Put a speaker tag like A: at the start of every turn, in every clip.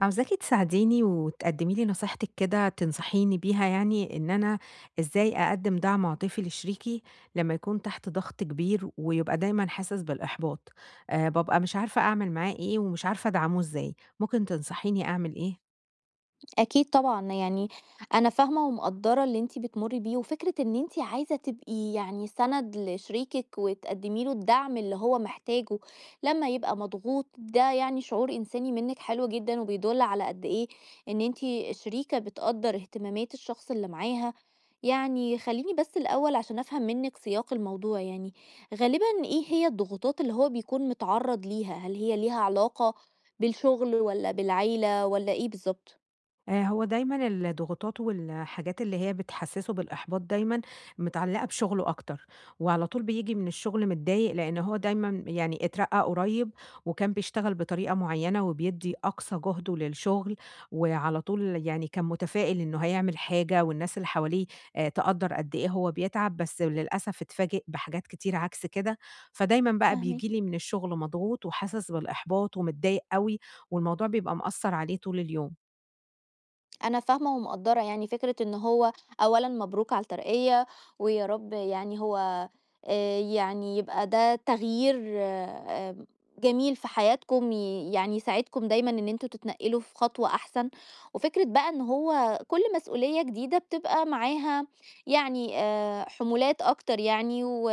A: عاوزاكِ تساعديني وتقدّمي لي نصيحتِك كده تنصحيني بيها، يعني إن أنا إزاي أقدّم دعم عاطفي لشريكي لمّا يكون تحت ضغط كبير ويبقى دايمًا حاسس بالإحباط، بابقى مش عارفة أعمل معاه إيه، ومش عارفة أدعمه إزاي، ممكن تنصحيني أعمل إيه؟
B: أكيد طبعًا، أنا فاهمة ومقدّرة اللي أنتِ بتمُرّي بيه، وفكرة إن أنتِ عايزة تبقي سَنَد لشريكِك وتقدّمي له الدعم اللي هو محتاجه لمّا يبقى مضغوط، ده يعني شعور إنساني منِّك حلو جدًا وبيدُل على قد إيه إن أنتِ شريكة بتقدّر اهتمامات الشخص اللي معاها. يعني خلّيني بس الأول عشان أفهم منِّك سياق الموضوع غالبًا إيه هي الضغوطات اللي هو بيكون متعرّض ليها؟ هل هي ليها علاقة بالشغل والّا بالعيلة والّا إيه بالضبط؟
A: آه، هو دايما الضغوطات والحاجات اللي هي بتحسسه بالإحباط دايما متعلقة بشغله أكتر. وعلى طول بيجي من الشغل متضايق، لأن هو دايما يعني اترقى قريب، وكان بيشتغل بطريقة معينة وبيدي أقصى جهده للشغل، وعلى طول يعني كان متفائل إنه هيعمل حاجة، والناس اللي حواليه آه، تقدر قد إيه هو بيتعب، بس للأسف اتفاجئ بحاجات كتير عكس كده. فدايما بقى
B: فاهماكِ،
A: بيجي لي من الشغل مضغوط وحاسس بالإحباط ومتضايق قوي، والموضوع بيبقى مأثر عليه طول اليوم.
B: أنا فاهمة ومقدّرة يعني فكرة إن هو أولًا مبروك على الترقية، ويا رب يعني هو يعني يبقى ده تغيير جميل في حياتكم، يعني يساعدكم دايمًا إن أنتم تتنقلوا في خطوة أحسن، وفكرة بقى إن هو كل مسؤولية جديدة بتبقى معاها يعني حمولات أكتر يعني،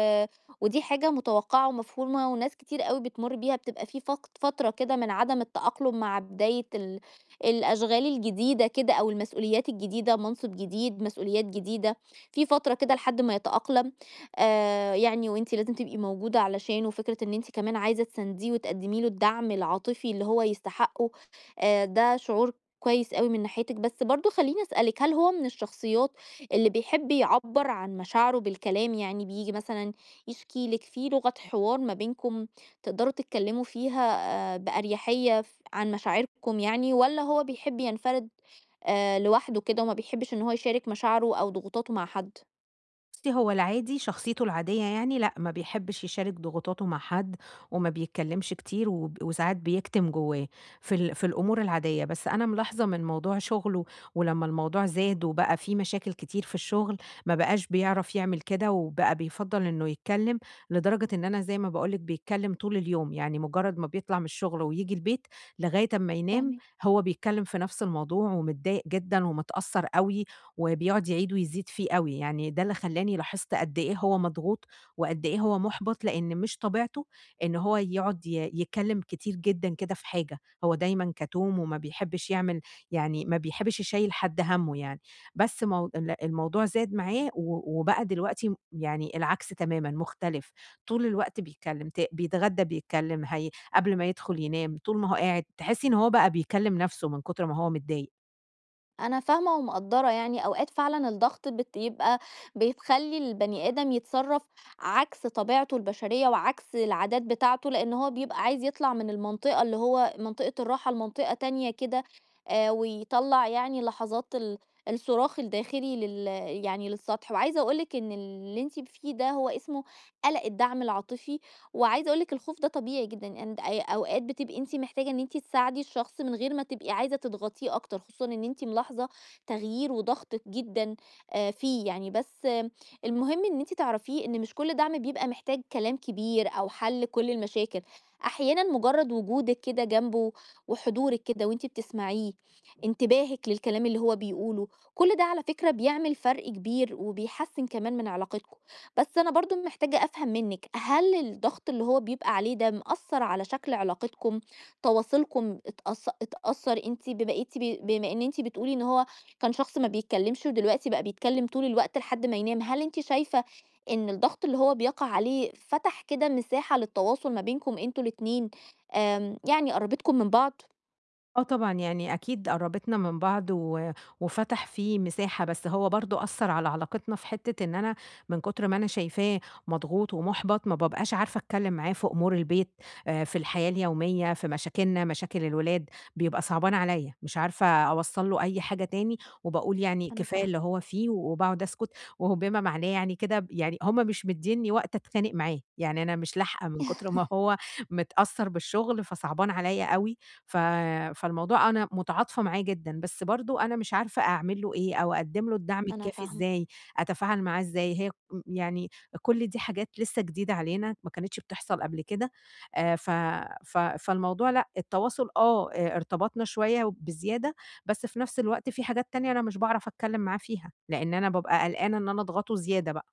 B: ودي حاجة متوقعة ومفهومة وناس كتير أوي بتمُر بيها، بتبقى في فترة كده من عدم التأقلم مع بداية الأشغال الجديدة كده أو المسؤوليات الجديدة، منصب جديد، مسؤوليات جديدة، في فترة كده لحد ما يتأقلم. يعني وأنتِ لازم تبقي موجودة علشانه، وفكرة إن أنتِ كمان عايزة تسانديه وتقدمي له الدعم العاطفي اللي هو يستحقه. ده شعور كويس أوي من ناحيتِك، بس برضه خلّيني أسألِك، هل هو من الشخصيات اللي بيحب يعبّر عن مشاعره بالكلام؟ يعني بييجي مثلًا يشكي لِك، في لغة حوار ما بينكم تقدروا تتكلموا فيها بأريحية عن مشاعركم يعني، والّا هو بيحب ينفرد لوحده كده وما بيحبش إن هو يشارك مشاعره أو ضغوطاته مع حد؟
A: بُصّي، هو العادي شخصيته العادية يعني، لأ، ما بيحبّش يشارك ضغوطاته مع حد، وما بيتكلّمش كتير، وساعات بيكتم جوّاه في الأمور العادية. بس أنا ملاحظة من موضوع شُغله، ولمّا الموضوع زاد وبقى في مشاكل كتير في الشُغل، ما بقاش بيعرف يعمل كده وبقى بيفضّل إنه يتكلّم، لدرجة إن أنا زي ما باقول لِك بيتكلّم طول اليوم، يعني مُجرّد ما بيطلع من الشُغل وييجي البيت لغاية أمّا ينام.
B: فاهماك.
A: هو بيتكلّم في نَفْس الموضوع، ومتضايق جدًا ومتأثّر أوي، وبيقعد يعيد ويزيد فيه أوي. يعني ده اللي خلّاني لاحظت قد إيه هو مضغوط، وقد إيه هو مُحبَط، لإن مش طبيعته إن هو يقعد يتكلّم كتير جدًا كده في حاجة. هو دايمًا كتوم وما بيحبّش يعمل، يعني ما بيحبّش يشيّل حد هَمُّه يعني. بس مو ال الموضوع زاد معاه و وبقى دلوقتي يعني العكس تمامًا مختلف. طول الوقت بيتكلّم، بيتغدّى بيتكلّم، هي قبل ما يدخُل ينام، طول ما هو قاعد، تحسّي إن هو بقى بيكلّم نَفْسه من كُتر ما هو متضايق.
B: أنا فاهمة ومقدّرة يعني أوقات فعلًا الضغط يبقى بتخلّي البني آدم يتصرّف عكس طبيعته البشرية وعكس العادات بتاعته، لإن هو بيبقى عايز يطلع من المنطقة اللي هو منطقة الراحة لمنطقة تانية كده. ويطلّع يعني لحظات الصراخ الداخلي يعني للسطح، وعايزة أقول لِك إن اللي أنتِ فيه ده هو اسمه قَلَق الدعم العاطفي، وعايزة أقول لِك الخوف ده طبيعي جدًا، أي أوقات بتبقي أنتِ محتاجة إن أنتِ تساعدي الشخص من غير ما تبقي عايزة تضغطيه أكتر، خصوصًا إن أنتِ ملاحظة تغيير وضغطِك جدًا فيه يعني، بس آه، المهم إن أنتِ تعرفيه إن مش كل دعم بيبقى محتاج كلام كبير أو حل كل المشاكل، أحيانًا مجرد وجودِك كده جنبه وحضورِك كده وأنتِ بتسمعيه، انتباهِك للكلام اللي هو بيقوله، كل ده على فكرة بيعمل فرق كبير وبيحسّن كمان من علاقتكم. بس أنا برضه محتاجة أفهم منِّك، هل الضغط اللي هو بيبقى عليه ده مأثّر على شكل علاقتكم، تواصلكم اتأثّر أنتِ بما أنتِ بما إن أنتِ بتقولي إن هو كان شخص ما بيتكلّمش ودلوقتي بقى بيتكلّم طول الوقت لحد ما ينام، هل أنتِ شايفة إن الضغط اللي هو بيقع عليه فتح كده مساحة للتواصل ما بينكم أنتم الاتنين، يعني قرّبتكم من بعض؟
A: آه طبعًا، يعني أكيد قرّبتنا من بعض، و وفتح في مساحة، بس هو برضه أثّر على علاقتنا في حتّة إن أنا من كتر ما أنا شايفاه مضغوط ومُحبَط، ما بابقاش عارفة أتكلّم معاه في أمور البيت، في الحياة اليومية، في مشاكلنا، مشاكل الولاد. بيبقى صعبان عليّا، مش عارفة أوصّل له أي حاجة تاني، وباقول يعني
B: أنا
A: كفاية
B: فاه
A: اللي هو فيه، وباقعد أسكُت. وهو بما معناه يعني كده يعني هم مش مدّينّي وقت أتخانق معاه، يعني أنا مش لاحقة من كتر ما هو متأثّر بالشُغل، فصعبان عليّا أوي. ف فالموضوع أنا متعاطفة معاه جدًا، بس برضه أنا مش عارفة أعمل له إيه أو أقدّم له الدعم
B: أنا
A: الكافي
B: فاهمة.
A: إزاي، أتفاعل معاه إزاي. هي م يعني كل دي حاجات لسه جديدة علينا ما كانتش بتحصل قبل كده. ف ف فالموضوع لأ، التواصل آه، ارتبطنا شوية بزيادة. بس في نفس الوقت في حاجات تانية أنا مش باعرف أتكلّم معاه فيها، لإن أنا بابقى قلقانة إن أنا أضغطه زيادة بقى،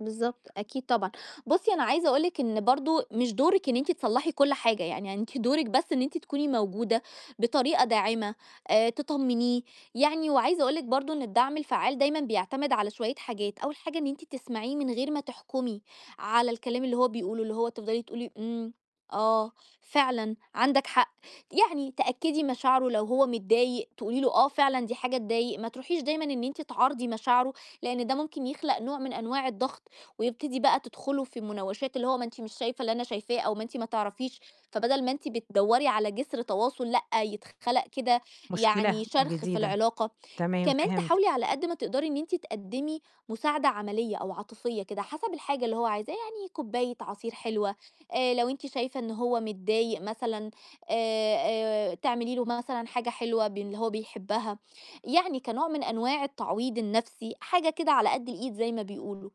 B: بالضبط، أكيد طبعًا. بُصّي، أنا عايزة أقول لِك إن برضه مش دورِك إن أنتِ تصلّحي كل حاجة، يعني أنتِ دورِك بس إن أنتِ تكوني موجودة بطريقة داعمة، تطمّنيه، يعني وعايزة أقول لِك برضه إن الدعم الفعّال دايمًا بيعتمد على شوية حاجات، أول حاجة إن أنتِ تسمعيه من غير ما تحكمي على الكلام اللي هو بيقوله، اللي هو تفضلي تقولي إمم، آه، فعلًا عندك حق، يعني تأكّدي مشاعره لو هو متضايق تقولي له آه فعلًا دي حاجة تضايق، ما تروحيش دايمًا إن أنتِ تعارضي مشاعره، لإن ده ممكن يخلق نوع من أنواع الضغط. ويبتدي بقى تدخلوا في مناوشات اللي هو ما أنتِ مش شايفة اللي أنا شايفاه أو ما أنتِ ما تعرفيش، فبدل ما أنتِ بتدوّري على جسر تواصل لأ، يتخلق كده يعني
A: مشكلة
B: شرخ في
A: جديدة.
B: العلاقة.
A: تمام،
B: كمان
A: فهمت.
B: تحاولي على قد ما تقدري إن أنتِ تقدّمي مساعدة عملية أو عاطفية كده حسب الحاجة اللي هو عايزاه، يعني كوباية عصير حلوة، لو أنتِ شايفة إن هو متضايق مثلًا، آآ، تعملي له مثلًا حاجة حلوة اللي هو بيحبها، يعني كنوع من أنواع التعويض النفسي، حاجة كده على قد الإيد زي ما بيقولوا.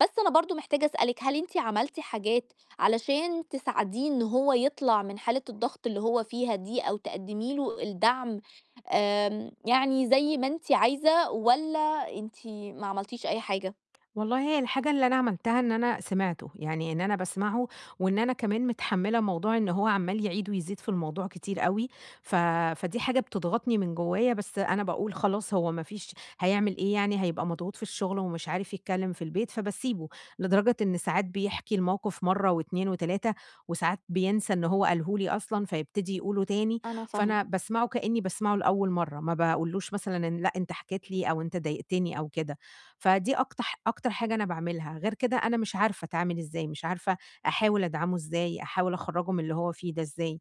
B: بس أنا برضه محتاجة أسألِك، هل أنتِ عملتِ حاجات علشان تساعديه إن هو يطلع من حالة الضغط اللي هو فيها دي أو تقدّمي له الدعم يعني زي ما أنتِ عايزة والّا أنتِ ما عملتيش أي حاجة؟
A: والله هي الحاجة اللي أنا عملتها إن أنا سمعته، يعني إن أنا باسمعه، وإن أنا كمان متحمّلة موضوع إن هو عمّال يعيد ويزيد في الموضوع كتير أوي. ف فدي حاجة بتضغطني من جوايا، بس أنا باقول خلاص هو ما فيش هيعمل إيه، يعني هيبقى مضغوط في الشغل ومش عارف يتكلّم في البيت، فباسيبه. لدرجة إن ساعات بيحكي الموقف مرّة و2 و3، وساعات بينسى إن هو قاله لي أصلًا فيبتدي يقوله تاني.
B: أنا فاهمة.
A: فأنا باسمعه كإنّي باسمعه لأول مرّة، ما باقولوش مثلًا إن لأ أنت حكيت لي، أو أنت ضايقتني أو كده. فدي أكتر حاجة أنا باعملها، غير كده أنا مش عارفة أتعامل إزاي، مش عارفة أحاول أدعمه إزاي، أحاول أخرّجه من اللي هو فيه ده إزاي.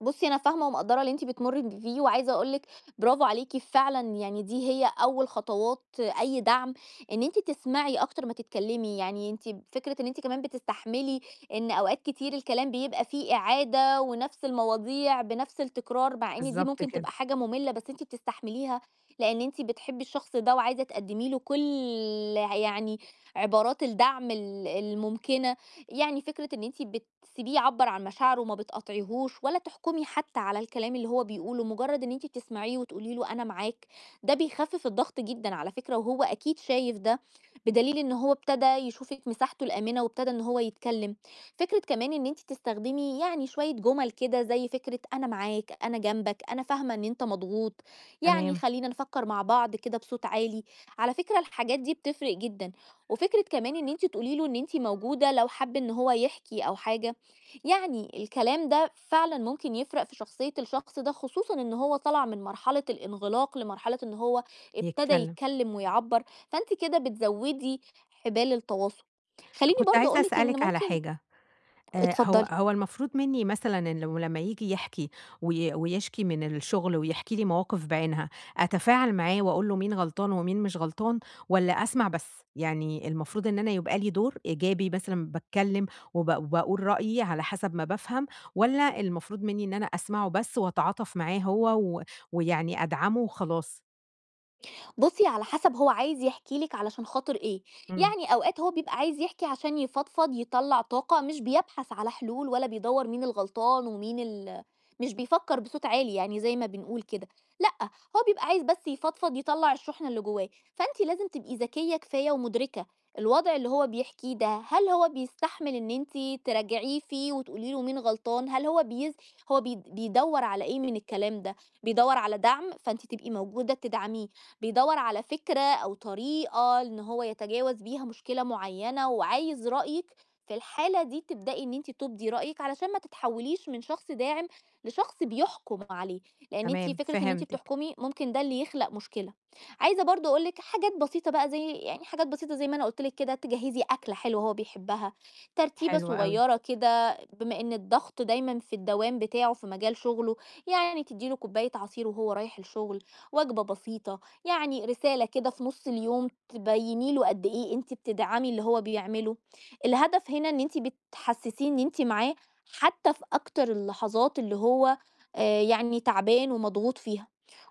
B: بُصّي، أنا فاهمة ومقدّرة اللي أنتِ بتمُرّي بيه، وعايزة أقول لِك برافو عليكِ فعلًا، يعني دي هي أول خطوات أي دعم، إن أنتِ تسمعي أكتر ما تتكلّمي، يعني أنتِ فكرة إن أنتِ كمان بتستحملي إن أوقات كتير الكلام بيبقى فيه إعادة ونفس المواضيع بنفس التكرار، مع إن دي
A: بالضبط
B: ممكن تبقى
A: كده.
B: حاجة مُمِلّة، بس أنتِ بتستحمليها لإن أنتِ بتحبي الشخص ده وعايزة تقدّمي له كل يعني عبارات الدعم الممكنة، يعني فكرة إن أنتِ بتسيبيه يعبّر عن مشاعره وما بتقاطعيهوش ولا تحكمي حتى على الكلام اللي هو بيقوله، مجرد إن أنتِ بتسمعيه وتقولي له أنا معاك، ده بيخفف الضغط جدًا على فكرة، وهو أكيد شايف ده، بدليل إن هو ابتدى يشوفِك مساحته الآمنة وابتدى إن هو يتكلم. فكرة كمان إن أنتِ تستخدمي يعني شوية جُمل كده زي فكرة أنا معاك، أنا جنبك، أنا فاهمة إن أنت مضغوط، يعني
A: تمام،
B: خلّينا نفكّر مع بعض كده بصوت عالي، على فكرة الحاجات دي بتفرق جدًا. وفكرة كمان إن أنتِ تقولي له إن أنتِ موجودة لو حَب إن هو يحكي أو حاجة، يعني الكلام ده فعلًا ممكن يفرق في شخصية الشخص ده، خصوصًا إن هو طلع من مرحلة الانغلاق لمرحلة إن هو ابتدى
A: يتكلم.
B: يتكلم ويعبّر، فأنتِ كده بتزوّدي حبال التواصل.
A: طب
B: خلّيني
A: كنت
B: برضه
A: عايزة
B: أقول لِك إن
A: أسألِك على
B: ممكن
A: حاجة، هو
B: اتفضلي.
A: هو المفروض منّي مثلًا إن لو لمّا ييجي يحكي ويشكي من الشغل ويحكي لي مواقف بعينها، أتفاعل معاه وأقول له مين غلطان ومين مش غلطان، والّا أسمع بس؟ يعني المفروض إن أنا يبقى لي دور إيجابي، مثلًا باتكلّم وباقول رأيي على حسب ما بافهم، والّا المفروض منّي إن أنا أسمعه بس وأتعاطف معاه هو و ويعني أدعمه وخلاص؟
B: بُصّي، على حسب هو عايز يحكي لِك علشان خاطر إيه،
A: إمم،
B: يعني أوقات هو بيبقى عايز يحكي عشان يفضفض، يطلّع طاقة، مش بيبحث على حلول ولا بيدوّر مين الغلطان ومين مش بيفكّر بصوت عالي يعني زي ما بنقول كده، لأ، هو بيبقى عايز بس يفضفض، يطلّع الشحنة اللي جوّاه، فأنتِ لازم تبقي ذكية كفاية ومدركة الوضع اللي هو بيحكيه ده، هل هو بيستحمل إن أنتِ تراجعيه فيه وتقولي له مين غلطان، هل هو بيز هو بيد بيدوّر على إيه من الكلام ده، بيدوّر على دعم، فأنتِ تبقي موجودة تدعميه. بيدوّر على فكرة أو طريقة إن هو يتجاوز بيها مشكلة معيّنة وعايز رأيِك، في الحالة دي تبدئي إن أنتِ تُبدي رأيِك علشان ما تتحوّليش من شخص داعم لشخص بيحكُم عليه، لإن أنتِ
A: تمام
B: فكرة إن أنتِ
A: فهمتِك،
B: بتحكُمي ممكن ده اللي يخلق مشكلة. عايزة برضه أقول لِك حاجات بسيطة بقى زي يعني حاجات بسيطة زي ما أنا قُلت لِك كده تجهّزي أكلة حلوة هو بيحبها، ترتيبة
A: حلو أوي.
B: صغيّرة كده بما إن الضغط دايمًا في الدوام بتاعه في مجال شُغله، يعني تدّي له كوباية عصير وهو رايح الشُغل، وجبة بسيطة. يعني رسالة كده في نُص اليوم تبيّني له قد إيه أنتِ بتدعمي اللي هو بيعمله، الهدف هنا إن أنتِ بتحسّسيه إن أنتِ معاه حتى في أكتر اللحظات اللي هو يعني تعبان ومضغوط فيها،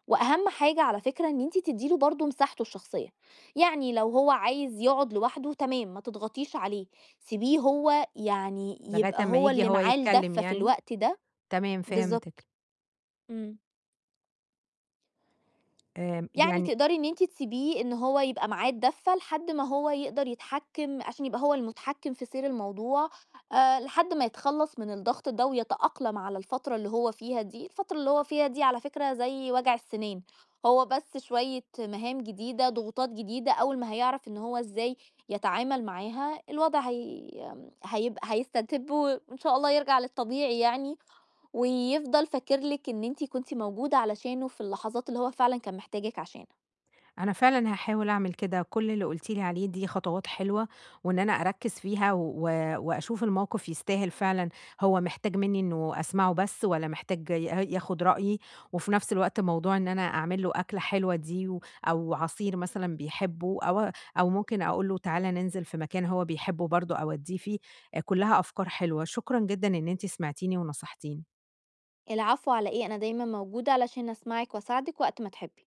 B: وأهم حاجة على فكرة إن أنتِ تدّي له برضه مساحته الشخصية، يعني لو هو عايز يقعد لوحده تمام ما تضغطيش عليه، سيبيه هو يعني
A: لغاية
B: يبقى
A: أمّا
B: هو
A: ييجي
B: اللي
A: هو
B: معاه
A: يتكلّم
B: الدَفّة في
A: يعني؟
B: الوقت ده
A: تمام فهمتِك.
B: بالضبط، إمم. يعني
A: يعني
B: تقدري إن أنتِ تسيبيه إن هو يبقى معاه الدَّفّة لحد ما هو يقدر يتحكّم عشان يبقى هو المتحكّم في سير الموضوع لحد ما يتخلّص من الضغط ده ويتأقلم على الفترة اللي هو فيها دي، الفترة اللي هو فيها دي على فكرة زي وجع السنان، هو بس شوية مهام جديدة، ضغوطات جديدة، أول ما هيعرف إن هو إزاي يتعامل معاها الوضع هيبقى هيستتب وإن شاء الله يرجع للطبيعي يعني، ويفضل فاكر لِك إن أنتِ كنتِ موجودة علشانه في اللحظات اللي هو فعلًا كان محتاجِك عشانها.
A: أنا فعلًا هاحاول أعمل كده، كل اللي قُلتِ لي عليه دي خطوات حلوة، وإن أنا أركّز فيها وأشوف الموقف يستاهل فعلًا. هو محتاج منّي إنه أسمعه بس، والّا محتاج ياخد رأيي. وفي نفس الوقت موضوع إن أنا أعمل له أكلة حلوة دي، أو عصير مثلًا بيحبه، أو ممكن أقول له تعالَ ننزل في مكان هو بيحبه برضه أودّيه فيه. كلّها أفكار حلوة، شكرًا جدًا إن أنتِ سمعتيني ونصحتيني.
B: العفو على إيه أنا دايما موجودة علشان أسمعك وأساعدك وقت ما تحبي